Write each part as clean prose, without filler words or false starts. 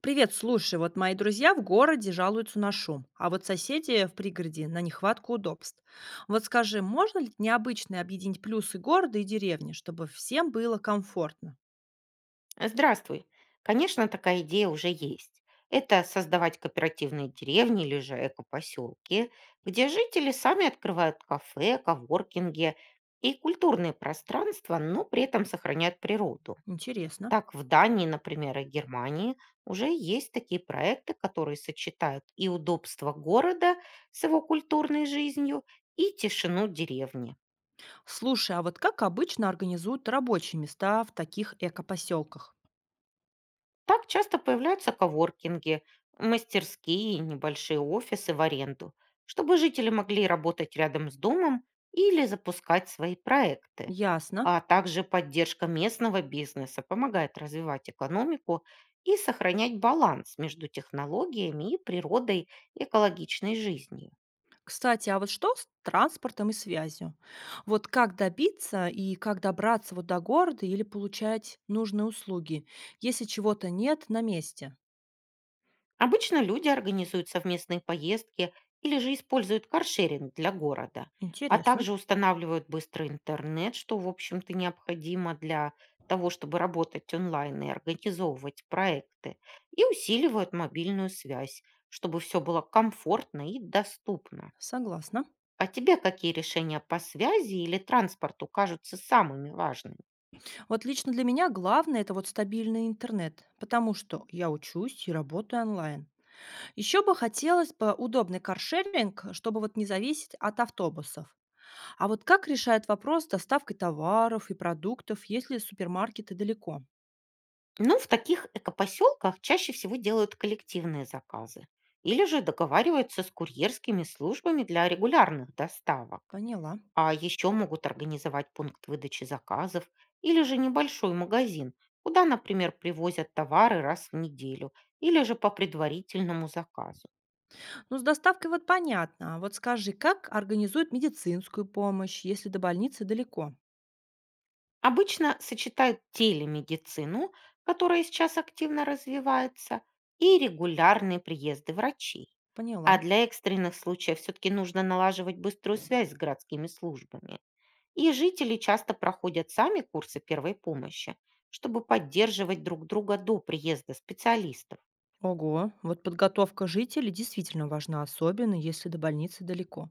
Привет, слушай, вот мои друзья в городе жалуются на шум, а вот соседи в пригороде на нехватку удобств. Вот скажи, можно ли необычно объединить плюсы города и деревни, чтобы всем было комфортно? Здравствуй. Конечно, такая идея уже есть. Это создавать кооперативные деревни или же экопоселки, где жители сами открывают кафе, коворкинги и культурные пространства, но при этом сохраняют природу. Интересно. Так в Дании, например, и Германии уже есть такие проекты, которые сочетают и удобство города с его культурной жизнью, и тишину деревни. Слушай, а вот как обычно организуют рабочие места в таких экопоселках? Так часто появляются коворкинги, мастерские и небольшие офисы в аренду, чтобы жители могли работать рядом с домом или запускать свои проекты. Ясно. А также поддержка местного бизнеса помогает развивать экономику и сохранять баланс между технологиями и природой экологичной жизнью. Кстати, а вот что с транспортом и связью? Вот как добиться и как добраться вот до города или получать нужные услуги, если чего-то нет на месте? Обычно люди организуют совместные поездки или же используют каршеринг для города, а Интересно. также устанавливают быстрый интернет, что, в общем-то, необходимо для того, чтобы работать онлайн и организовывать проекты, и усиливают мобильную связь, чтобы все было комфортно и доступно. Согласна. А тебе какие решения по связи или транспорту кажутся самыми важными? Вот лично для меня главное – это вот стабильный интернет, потому что я учусь и работаю онлайн. Еще бы хотелось бы удобный каршеринг, чтобы вот не зависеть от автобусов. А вот как решает вопрос с доставкой товаров и продуктов, если супермаркеты далеко? Ну, в таких экопоселках чаще всего делают коллективные заказы или же договариваются с курьерскими службами для регулярных доставок. Поняла. А еще могут организовать пункт выдачи заказов или же небольшой магазин, куда, например, привозят товары раз в неделю или же по предварительному заказу. Ну, с доставкой вот понятно. А вот скажи, как организуют медицинскую помощь, если до больницы далеко? Обычно сочетают телемедицину, которая сейчас активно развивается, и регулярные приезды врачей. Поняла. А для экстренных случаев все-таки нужно налаживать быструю связь с городскими службами. И жители часто проходят сами курсы первой помощи, чтобы поддерживать друг друга до приезда специалистов. Ого, вот подготовка жителей действительно важна, особенно если до больницы далеко.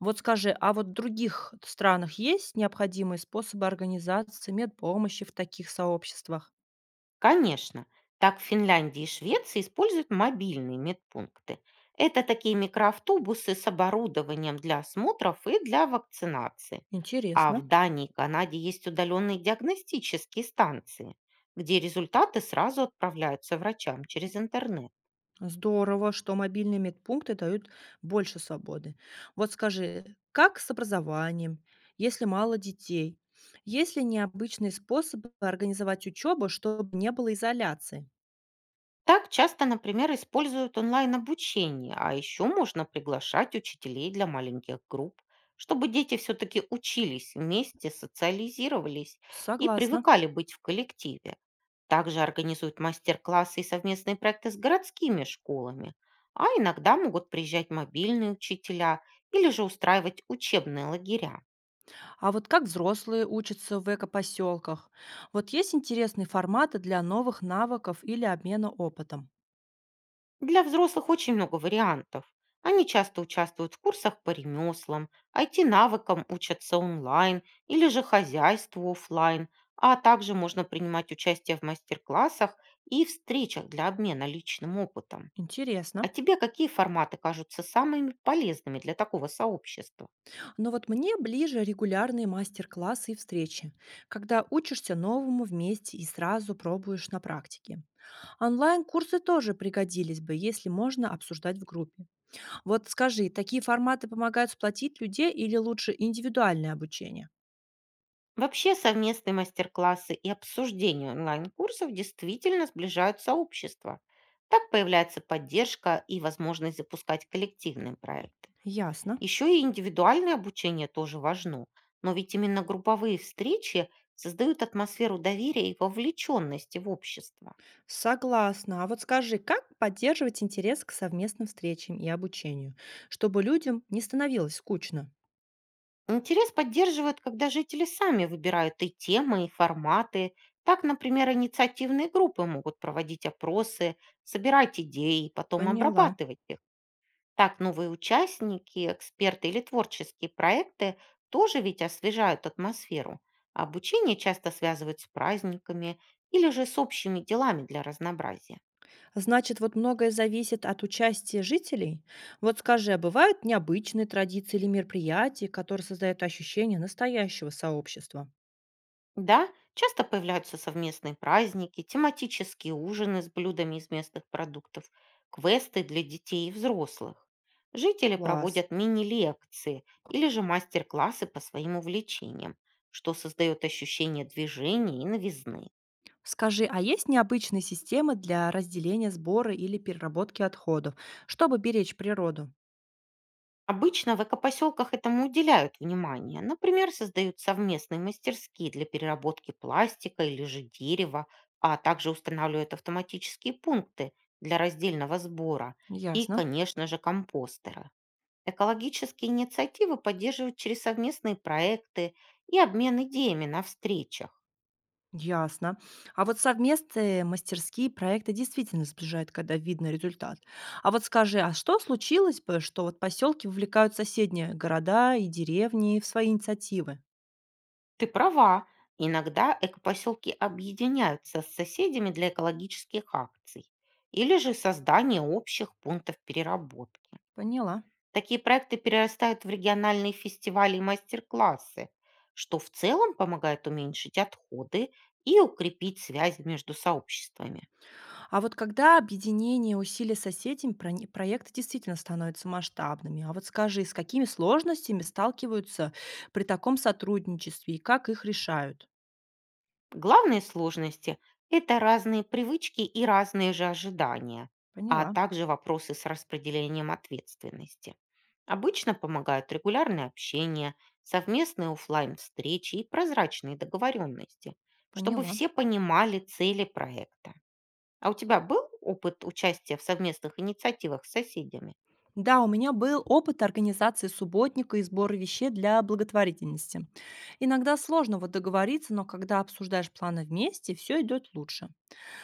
Вот скажи, а вот в других странах есть необходимые способы организации медпомощи в таких сообществах? Конечно, так в Финляндии и Швеции используют мобильные медпункты. Это такие микроавтобусы с оборудованием для осмотров и для вакцинации. А в Интересно. Дании и Канаде есть удаленные диагностические станции, где результаты сразу отправляются врачам через интернет. Здорово, что мобильные медпункты дают больше свободы. Вот скажи, как с образованием, если мало детей? Есть ли необычные способы организовать учебу, чтобы не было изоляции? Так часто, например, используют онлайн-обучение, а еще можно приглашать учителей для маленьких групп, чтобы дети все-таки учились вместе, социализировались и Согласна. привыкали быть в коллективе. Также организуют мастер-классы и совместные проекты с городскими школами, а иногда могут приезжать мобильные учителя или же устраивать учебные лагеря. А вот как взрослые учатся в экопоселках? Вот есть интересные форматы для новых навыков или обмена опытом? Для взрослых очень много вариантов. Они часто участвуют в курсах по ремеслам, IT-навыкам учатся онлайн или же хозяйству оффлайн, а также можно принимать участие в мастер-классах и встречах для обмена личным опытом. А Интересно. тебе какие форматы кажутся самыми полезными для такого сообщества? Но вот мне ближе регулярные мастер-классы и встречи, когда учишься новому вместе и сразу пробуешь на практике. Онлайн-курсы тоже пригодились бы, если можно обсуждать в группе. Вот скажи, такие форматы помогают сплотить людей или лучше индивидуальное обучение? Вообще совместные мастер-классы и обсуждение онлайн-курсов действительно сближают сообщества. Так появляется поддержка и возможность запускать коллективные проекты. Ясно. Еще и индивидуальное обучение тоже важно, но ведь именно групповые встречи создают атмосферу доверия и вовлеченности в общество. Согласна. А вот скажи, как поддерживать интерес к совместным встречам и обучению, чтобы людям не становилось скучно? Интерес поддерживают, когда жители сами выбирают и темы, и форматы. Так, например, инициативные группы могут проводить опросы, собирать идеи и потом Поняла. обрабатывать их. Так, новые участники, эксперты или творческие проекты тоже ведь освежают атмосферу. А обучение часто связывают с праздниками или же с общими делами для разнообразия. Значит, вот многое зависит от участия жителей. Вот скажи, а бывают необычные традиции или мероприятия, которые создают ощущение настоящего сообщества? Да, часто появляются совместные праздники, тематические ужины с блюдами из местных продуктов, квесты для детей и взрослых. Жители Класс. проводят мини-лекции или же мастер-классы по своим увлечениям, что создает ощущение движения и новизны. Скажи, а есть необычные системы для разделения сбора или переработки отходов, чтобы беречь природу? Обычно в экопоселках этому уделяют внимание. Например, создают совместные мастерские для переработки пластика или же дерева, а также устанавливают автоматические пункты для раздельного сбора и, Ясно. конечно же, компостеры. Экологические инициативы поддерживают через совместные проекты и обмен идеями на встречах. Ясно. А вот совместные мастерские проекты действительно сближают, когда видно результат. А вот скажи, а что случилось бы, что вот поселки вовлекают соседние города и деревни в свои инициативы? Ты права. Иногда экопоселки объединяются с соседями для экологических акций или же создания общих пунктов переработки. Поняла. Такие проекты перерастают в региональные фестивали и мастер-классы, что в целом помогает уменьшить отходы и укрепить связи между сообществами. А вот когда объединение усилий соседями, проекты действительно становятся масштабными. А вот скажи, с какими сложностями сталкиваются при таком сотрудничестве и как их решают? Главные сложности — это разные привычки и разные же ожидания, а Поняла, также вопросы с распределением ответственности. Обычно помогают регулярное общение, совместные оффлайн встречи и прозрачные договоренности, чтобы поняла. все понимали цели проекта. А у тебя был опыт участия в совместных инициативах с соседями? Да, у меня был опыт организации субботника и сбора вещей для благотворительности. Иногда сложно вот договориться, но когда обсуждаешь планы вместе, все идет лучше.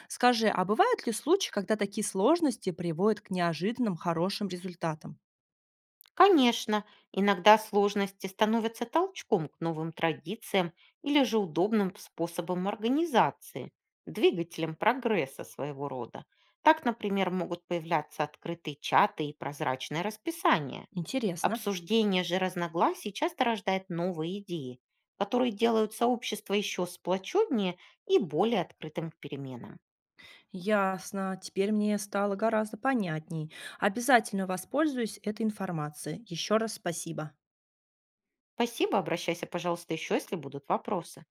Скажи, а бывают ли случаи, когда такие сложности приводят к неожиданным хорошим результатам? Конечно, иногда сложности становятся толчком к новым традициям или же удобным способом организации, двигателем прогресса своего рода. Так, например, могут появляться открытые чаты и прозрачные расписания. Интересно. Обсуждение же разногласий часто рождает новые идеи, которые делают сообщество еще сплоченнее и более открытым к переменам. Ясно, теперь мне стало гораздо понятней. Обязательно воспользуюсь этой информацией. Еще раз спасибо. Спасибо, обращайся, пожалуйста, еще, если будут вопросы.